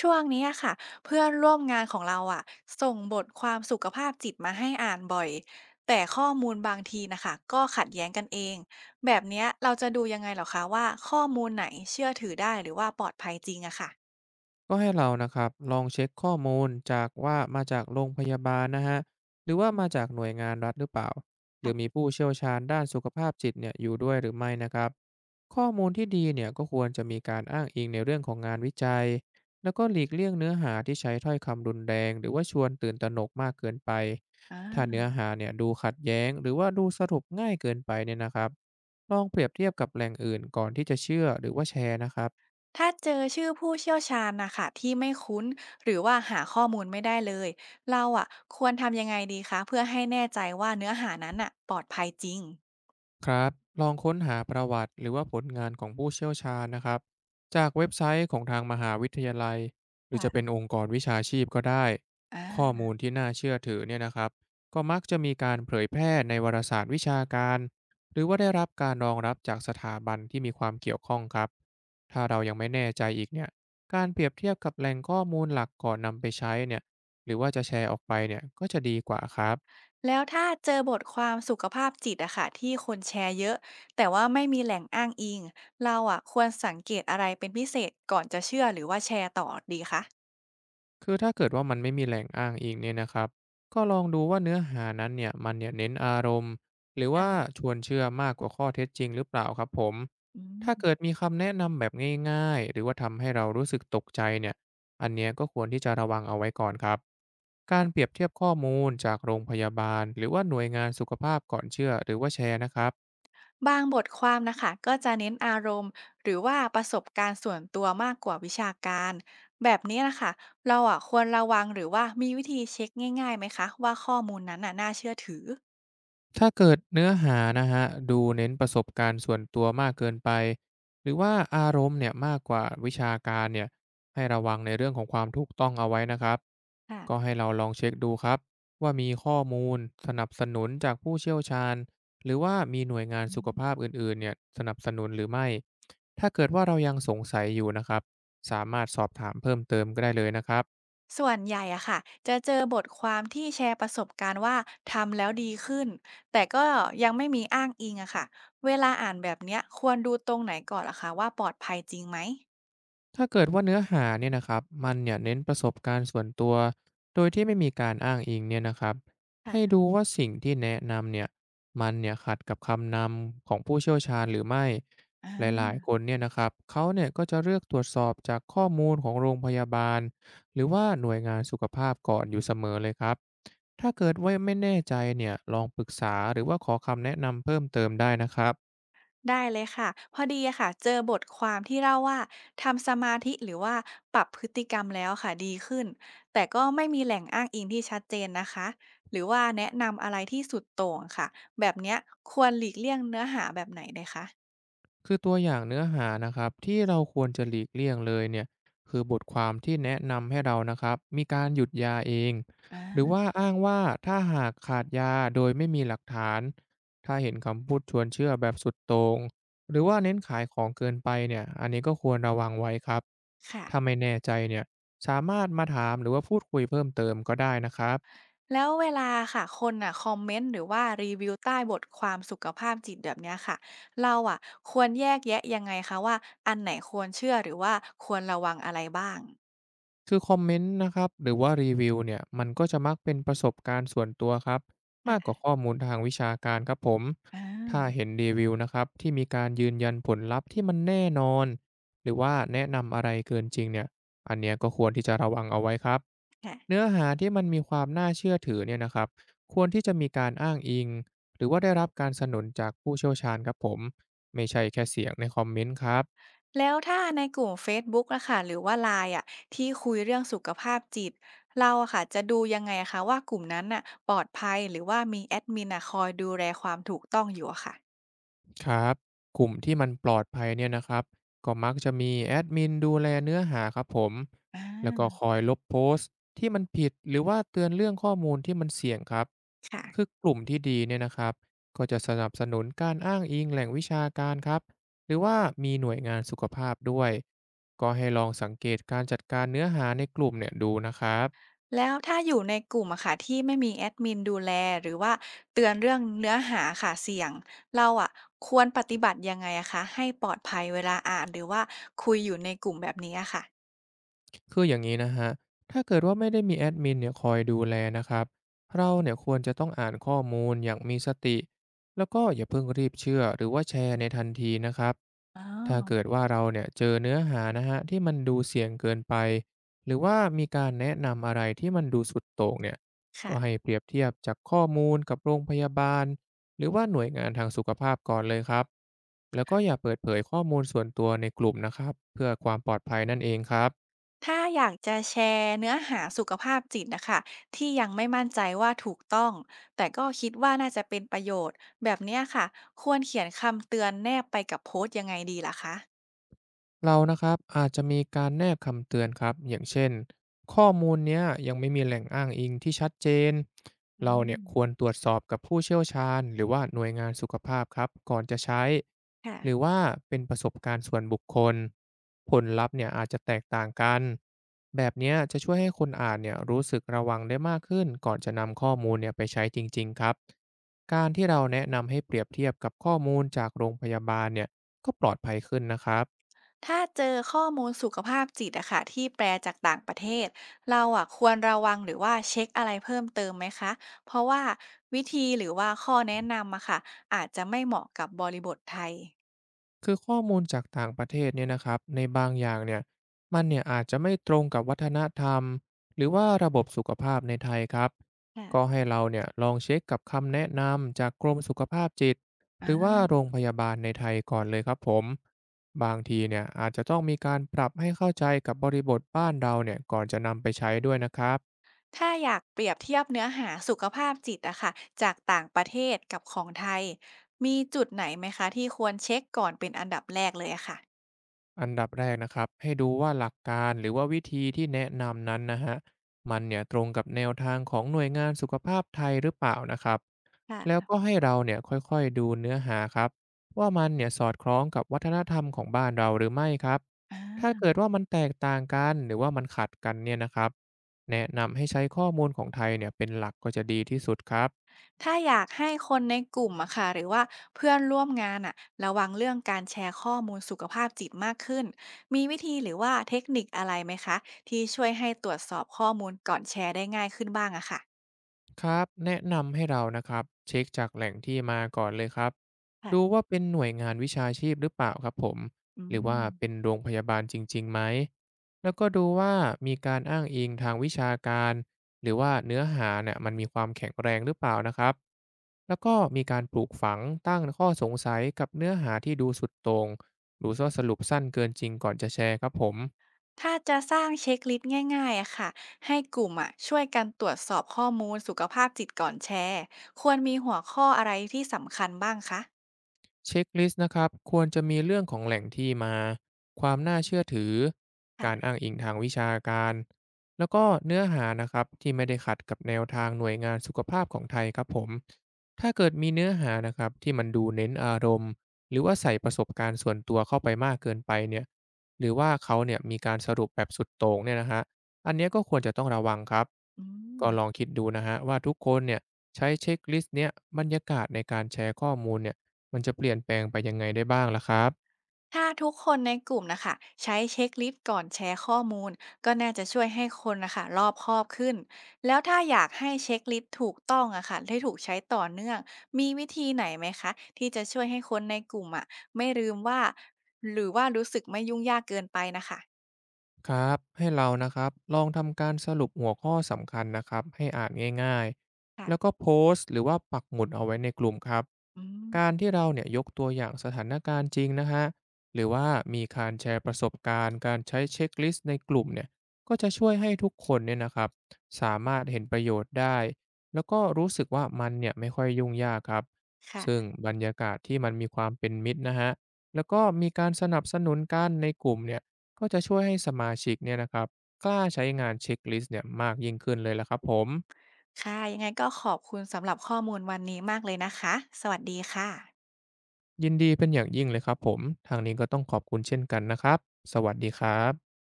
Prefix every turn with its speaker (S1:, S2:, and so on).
S1: ช่วงนี้อะค่ะเพื่อนร่วมงานของเราอะส่งบทความสุขภาพจิตมาให้อ่านบ่อยแต่ข้อมูลบางทีนะคะก็ขัดแย้งกันเองแบบเนี้ยเราจะดูยังไงเหรอคะว่าข้อมูลไหนเชื่อถือได้หรือว่าปลอดภัยจริงอะค่ะ
S2: ก็ให้เรานะครับลองเช็คข้อมูลจากว่ามาจากโรงพยาบาลนะฮะหรือว่ามาจากหน่วยงานรัฐหรือเปล่าหรือมี
S1: ค่ะ
S2: ผู้เชี่ยวชาญด้านสุขภาพจิตเนี่ยอยู่ด้วยหรือไม่นะครับข้อมูลที่ดีเนี่ยก็ควรจะมีการอ้างอิงในเรื่องของงานวิจัยแล้วก็หลีกเลี่ยงเนื้อหาที่ใช้ถ้อยคำรุนแรงหรือว่าชวนตื่นตระหนกมากเกินไป
S1: อ่
S2: ถ้า
S1: า
S2: เนื้อหาเนี่ยดูขัดแย้งหรือว่าดูสรุปง่ายเกินไปเนี่ยนะครับลองเปรียบเทียบกับแหล่งอื่นก่อนที่จะเชื่อหรือว่าแชร์นะครับ
S1: ถ้าเจอชื่อผู้เชี่ยวชาญนะคะที่ไม่คุ้นหรือว่าหาข้อมูลไม่ได้เลยเราอะควรทำยังไงดีคะเพื่อให้แน่ใจว่าเนื้อหานั้นอะปลอดภัยจริง
S2: ครับลองค้นหาประวัติหรือว่าผลงานของผู้เชี่ยวชาญนะครับจากเว็บไซต์ของทางมหาวิทยาลัยหรือจะเป็น
S1: ค่ะ
S2: องค์กรวิชาชีพก็ได้
S1: อ่
S2: ข้อ
S1: า
S2: มูลที่น่าเชื่อถือเนี่ยนะครับก็มักจะมีการเผยแพร่ในวารสารวิชาการหรือว่าได้รับการรองรับจากสถาบันที่มีความเกี่ยวข้องครับถ้าเรายังไม่แน่ใจอีกเนี่ยการเปรียบเทียบกับแหล่งข้อมูลหลักก่อนนำไปใช้เนี่ยหรือว่าจะแชร์ออกไปเนี่ยก็จะดีกว่าครับ
S1: แล้วถ้าเจอบทความสุขภาพจิตอะค่ะที่คนแชร์เยอะแต่ว่าไม่มีแหล่งอ้างอิงเราอะควรสังเกตอะไรเป็นพิเศษก่อนจะเชื่อหรือว่าแชร์ต่อดีคะ
S2: คือถ้าเกิดว่ามันไม่มีแหล่งอ้างอิงเนี่ยนะครับก็ลองดูว่าเนื้อหานั้นเนี่ยเน้นอารมณ์หรือว่า
S1: ค่ะ
S2: ชวนเชื่อมากกว่าข้อเท็จจริงหรือเปล่าครับผม
S1: อื
S2: ถ้าเกิด
S1: ม
S2: มีคำแนะนำแบบง่ายๆหรือว่าทำให้เรารู้สึกตกใจเนี่ยอันเนี้ยก็ควรที่จะระวังเอาไว้ก่อนครับการเปรียบเทียบข้อมูลจากโรงพยาบาลหรือว่าหน่วยงานสุขภาพก่อนเชื่อหรือว่าแชร์นะครับ
S1: บางบทความนะคะก็จะเน้นอารมณ์หรือว่าประสบการณ์ส่วนตัวมากกว่าวิชาการแบบนี้นะคะเราอะควรระวังหรือว่ามีวิธีเช็คง่ายๆไหมคะว่าข้อมูลนั้นน่ะน่าเชื่อถือ
S2: ถ้าเกิดเนื้อหานะฮะดูเน้นประสบการณ์ส่วนตัวมากเกินไปหรือว่าอารมณ์เนี่ยมากกว่าวิชาการเนี่ยให้ระวังในเรื่องของความถูกต้องเอาไว้นะครับ
S1: ค่ะ
S2: ก็ให้เราลองเช็คดูครับว่ามีข้อมูลสนับสนุนจากผู้เชี่ยวชาญหรือว่ามีหน่วยงานสุขภาพอื่นๆเนี่ยสนับสนุนหรือไม่ถ้าเกิดว่าเรายังสงสัยอยู่นะครับสามารถสอบถามเพิ่มเติมก็ได้เลยนะครับ
S1: ส่วนใหญ่อะค่ะจะเจอบทความที่แชร์ประสบการณ์ว่าทำแล้วดีขึ้นแต่ก็ยังไม่มีอ้างอิงอะค่ะเวลาอ่านแบบเนี้ยควรดูตรงไหนก่อนล่ะคะว่าปลอดภัยจริงไหม
S2: ถ้าเกิดว่าเนื้อหาเนี่ยนะครับมันเนี่ยเน้นประสบการณ์ส่วนตัวโดยที่ไม่มีการอ้างอิงเนี่ยนะครับให้
S1: ค่ะ
S2: ดูว่าสิ่งที่แนะนำเนี่ยขัดกับคำนำของผู้เชี่ยวชาญหรือไม่ห
S1: อา
S2: ลายๆคนเนี่ยนะครับเขาเนี่ยก็จะเลือกตรวจสอบจากข้อมูลของโรงพยาบาลหรือว่าหน่วยงานสุขภาพก่อนอยู่เสมอเลยครับถ้าเกิดว่าไม่แน่ใจเนี่ยลองปรึกษาหรือว่าขอคำแนะนำเพิ่มเติมได้นะครับ
S1: ได้เลยค่ะพอดีอะค่ะเจอบทความที่เล่าว่าทำสมาธิหรือว่าปรับพฤติกรรมแล้วค่ะดีขึ้นแต่ก็ไม่มีแหล่งอ้างอิงที่ชัดเจนนะคะหรือว่าแนะนำอะไรที่สุดโต่งค่ะแบบเนี้ยควรหลีกเลี่ยงเนื้อหาแบบไหนเลยคะ
S2: คือตัวอย่างเนื้อหานะครับที่เราควรจะหลีกเลี่ยงเลยเนี่ยคือบทความที่แนะนำให้เรานะครับมีการหยุดยาเองหรือ
S1: อา
S2: ว่าอ้างว่าถ้าหากขาดยาโดยไม่มีหลักฐานถ้าเห็นคำพูดชวนเชื่อแบบสุดโตร่งหรือว่าเน้นขายของเกินไปเนี่ยอันนี้ก็ควรระวังไว้ครับ
S1: ค่ะ
S2: ถ้าไม่แน่ใจเนี่ยสามารถมาถามหรือว่าพูดคุยเพิ่มเติมก็ได้นะครับ
S1: แล้วเวลาค่ะคนน่ะคอมเมนต์หรือว่ารีวิวใต้บทความสุขภาพจิตแบบเนี้ยค่ะเราอ่ะควรแยกแยะยังไงคะว่าอันไหนควรเชื่อหรือว่าควรระวังอะไรบ้าง
S2: คือคอมเมนต์นะครับหรือว่ารีวิวเนี่ยมันก็จะมักเป็นประสบการณ์ส่วนตัวครับมากกว่า
S1: ค่ะ
S2: ข้อมูลทางวิชาการครับผม
S1: อ
S2: ถ้า
S1: า
S2: เห็นรีวิวนะครับที่มีการยืนยันผลลัพธ์ที่มันแน่นอนหรือว่าแนะนำอะไรเกินจริงเนี่ยอันเนี้ยก็ควรที่จะระวังเอาไว้ครับ
S1: ค่ะ
S2: เนื้อหาที่มันมีความน่าเชื่อถือเนี่ยนะครับควรที่จะมีการอ้างอิงหรือว่าได้รับการสนับสนุนจากผู้เชี่ยวชาญครับผมไม่ใช่แค่เสียงในคอมเมนต์ครับ
S1: แล้วถ้าในกลุ่มเฟซบุ๊กนะคะหรือว่าไลน์อะที่คุยเรื่องสุขภาพจิตเราอะค่ะจะดูยังไงคะว่ากลุ่มนั้นน่ะปลอดภัยหรือว่ามีแอดมินอ่ะคอยดูแลความถูกต้องอยู่อะค่ะ
S2: ครับกลุ่มที่มันปลอดภัยเนี่ยนะครับก็มักจะมีแอดมินดูแลเนื้อหาครับผม
S1: อ
S2: แล้วก็
S1: า
S2: คอยลบโพสต์ที่มันผิดหรือว่าเตือนเรื่องข้อมูลที่มันเสี่ยงครับคือ
S1: ค่ะ
S2: กลุ่มที่ดีเนี่ยนะครับก็จะสนับสนุนการอ้างอิงแหล่งวิชาการครับหรือว่ามีหน่วยงานสุขภาพด้วยก็ให้ลองสังเกตการจัดการเนื้อหาในกลุ่มเนี่ยดูนะครับ
S1: แล้วถ้าอยู่ในกลุ่มอะค่ะที่ไม่มีแอดมินดูแลหรือว่าเตือนเรื่องเนื้อหาค่ะเสี่ยงเราอะควรปฏิบัติยังไงอะคะให้ปลอดภัยเวลาอ่านหรือว่าคุยอยู่ในกลุ่มแบบนี้อะค่ะ
S2: คืออย่างนี้นะฮะถ้าเกิดว่าไม่ได้มีแอดมินเนี่ยคอยดูแลนะครับเราเนี่ยควรจะต้องอ่านข้อมูลอย่างมีสติ แล้วก็อย่าเพิ่งรีบเชื่อหรือว่าแชร์ในทันทีนะครับ
S1: อ๋
S2: ถ้า
S1: อ
S2: เกิดว่าเราเนี่ยเจอเนื้อหานะฮะที่มันดูเสี่ยงเกินไป หรือว่ามีการแนะนำอะไรที่มันดูสุดโต่งเนี่ย
S1: ค่ะ
S2: ก็ให้เปรียบเทียบจากข้อมูลกับโรงพยาบาลหรือว่าหน่วยงานทางสุขภาพก่อนเลยครับแล้วก็อย่าเปิดเผยข้อมูลส่วนตัวในกลุ่มนะครับเพื่อความปลอดภัยนั่นเองครับ
S1: ถ้าอยากจะแชร์เนื้อหาสุขภาพจิตนะค่ะที่ยังไม่มั่นใจว่าถูกต้องแต่ก็คิดว่าน่าจะเป็นประโยชน์แบบเนี้ยค่ะควรเขียนคำเตือนแนบไปกับโพสต์ยังไงดีล่ะคะ
S2: เรานะครับอาจจะมีการแนบคำเตือนครับอย่างเช่นข้อมูลเนี้ยยังไม่มีแหล่งอ้างอิงที่ชัดเจน
S1: อื
S2: เราเนี่
S1: ม
S2: ยควรตรวจสอบกับผู้เชี่ยวชาญหรือว่าหน่วยงานสุขภาพครับก่อนจะใช้
S1: ค่ะ
S2: หรือว่าเป็นประสบการณ์ส่วนบุคคลผลลัพธ์เนี่ยอาจจะแตกต่างกันแบบเนี้ยจะช่วยให้คนอ่านเนี่ยรู้สึกระวังได้มากขึ้นก่อนจะนำข้อมูลเนี่ยไปใช้จริงๆครับการที่เราแนะนำให้เปรียบเทียบกับข้อมูลจากโรงพยาบาลเนี่ยก็ปลอดภัยขึ้นนะครับ
S1: ถ้าเจอข้อมูลสุขภาพจิตอะค่ะที่แปลจากต่างประเทศเราอะควรระวังหรือว่าเช็คอะไรเพิ่มเติมไหมคะเพราะว่าวิธีหรือว่าข้อแนะนำอะค่ะอาจจะไม่เหมาะกับบริบทไทย
S2: คือข้อมูลจากต่างประเทศเนี่ยนะครับในบางอย่างเนี่ยมันเนี่ยอาจจะไม่ตรงกับวัฒนธรรมหรือว่าระบบสุขภาพในไทยครับก็
S1: ค่ะ
S2: ให้เราเนี่ยลองเช็คกับคำแนะนำจากกรมสุขภาพจิต
S1: อ่
S2: หรือว่า
S1: า
S2: โรงพยาบาลในไทยก่อนเลยครับผมบางทีเนี่ยอาจจะต้องมีการปรับให้เข้าใจกับบริบทบ้านเราเนี่ยก่อนจะนำไปใช้ด้วยนะครับ
S1: ถ้าอยากเปรียบเทียบเนื้อหาสุขภาพจิตอะค่ะจากต่างประเทศกับของไทยมีจุดไหนไหมคะที่ควรเช็คก่อนเป็นอันดับแรกเลยอะค่ะ
S2: อันดับแรกนะครับให้ดูว่าหลักการหรือว่าวิธีที่แนะนำนั้นนะฮะมันเนี่ยตรงกับแนวทางของหน่วยงานสุขภาพไทยหรือเปล่านะครับแล้ว
S1: ค่ะ
S2: ก็ให้เราเนี่ยค่อยๆดูเนื้อหาครับว่ามันเนี่ยสอดคล้องกับวัฒนธรรมของบ้านเราหรือไม่ครับ
S1: อ่
S2: ถ้า
S1: า
S2: เกิดว่ามันแตกต่างกันหรือว่ามันขัดกันเนี่ยนะครับแนะนำให้ใช้ข้อมูลของไทยเนี่ยเป็นหลักก็จะดีที่สุดครับ
S1: ถ้าอยากให้คนในกลุ่มอะค่ะหรือว่าเพื่อนร่วมงานอะระวังเรื่องการแชร์ข้อมูลสุขภาพจิตมากขึ้นมีวิธีหรือว่าเทคนิคอะไรไหมคะที่ช่วยให้ตรวจสอบข้อมูลก่อนแชร์ได้ง่ายขึ้นบ้างอะค่ะ
S2: ครับแนะนำให้เรานะครับเช็คจากแหล่งที่มาก่อนเลยครับดู
S1: ค่ะ
S2: ว่าเป็นหน่วยงานวิชาชีพหรือเปล่าครับผม
S1: อื
S2: หรือ
S1: ม
S2: ว่าเป็นโรงพยาบาลจริงๆไหมแล้วก็ดูว่ามีการอ้างอิงทางวิชาการหรือว่าเนื้อหาเนี่ยมันมีความแข็งแรงหรือเปล่านะครับแล้วก็มีการปลูกฝังตั้งข้อสงสัยกับเนื้อหาที่ดูสุดโตรงหรือว่าสรุปสั้นเกินจริงก่อนจะแชร์ครับผม
S1: ถ้าจะสร้างเช็คลิสต์ง่ายๆอะค่ะให้กลุ่มอะช่วยกันตรวจสอบข้อมูลสุขภาพจิตก่อนแชร์ควรมีหัวข้ออะไรที่สำคัญบ้างคะ
S2: เช็คลิสต์นะครับควรจะมีเรื่องของแหล่งที่มาความน่าเชื่อถือการอ้างอิงทางวิชาการแล้วก็เนื้อหานะครับที่ไม่ได้ขัดกับแนวทางหน่วยงานสุขภาพของไทยครับผมถ้าเกิดมีเนื้อหานะครับที่มันดูเน้นอารมณ์หรือว่าใส่ประสบการณ์ส่วนตัวเข้าไปมากเกินไปเนี่ยหรือว่าเขาเนี่ยมีการสรุปแบบสุดโต่งเนี่ยนะฮะอันเนี้ยก็ควรจะต้องระวังครับ
S1: อืม
S2: ก็ลองคิดดูนะฮะว่าทุกคนเนี่ยใช้เช็คลิสต์เนี่ยบรรยากาศในการแชร์ข้อมูลเนี่ย มันจะเปลี่ยนแปลงไปยังไงได้บ้างล่ะครับ
S1: ถ้าทุกคนในกลุ่มนะคะใช้เช็คลิสต์ก่อนแชร์ข้อมูลก็น่าจะช่วยให้คนนะคะรอบคอบขึ้นแล้วถ้าอยากให้เช็คลิสต์ถูกต้องอะค่ะได้ถูกใช้ต่อเนื่องมีวิธีไหนไหมคะที่จะช่วยให้คนในกลุ่มอะไม่ลืมว่าหรือว่ารู้สึกไม่ยุ่งยากเกินไปนะคะ
S2: ครับให้เรานะครับลองทำการสรุปหัวข้อสำคัญนะครับให้อ่านง่ายๆแล้ว
S1: ค่ะ
S2: ก็โพสต์หรือว่าปักหมุดเอาไว้ในกลุ่มครับ
S1: อืม
S2: การที่เราเนี่ยยกตัวอย่างสถานการณ์จริงนะฮะหรือว่ามีการแชร์ประสบการณ์การใช้เช็คลิสต์ในกลุ่มเนี่ยก็จะช่วยให้ทุกคนเนี่ยนะครับสามารถเห็นประโยชน์ได้แล้วก็รู้สึกว่ามันเนี่ยไม่ค่อยยุ่งยากครับซึ่ง
S1: ค่ะ
S2: บรรยากาศที่มันมีความเป็นมิตรนะฮะแล้วก็มีการสนับสนุนกันในกลุ่มเนี่ย ก็จะช่วยให้สมาชิกเนี่ยนะครับกล้าใช้งานเช็คลิสต์เนี่ยมากยิ่งขึ้นเลยละครับผม
S1: ค่ะยังไงก็ขอบคุณสำหรับข้อมูลวันนี้มากเลยนะคะสวัสดีค่ะ
S2: ยินดีเป็นอย่างยิ่งเลยครับผมทางนี้ก็ต้องขอบคุณเช่นกันนะครับสวัสดีครับ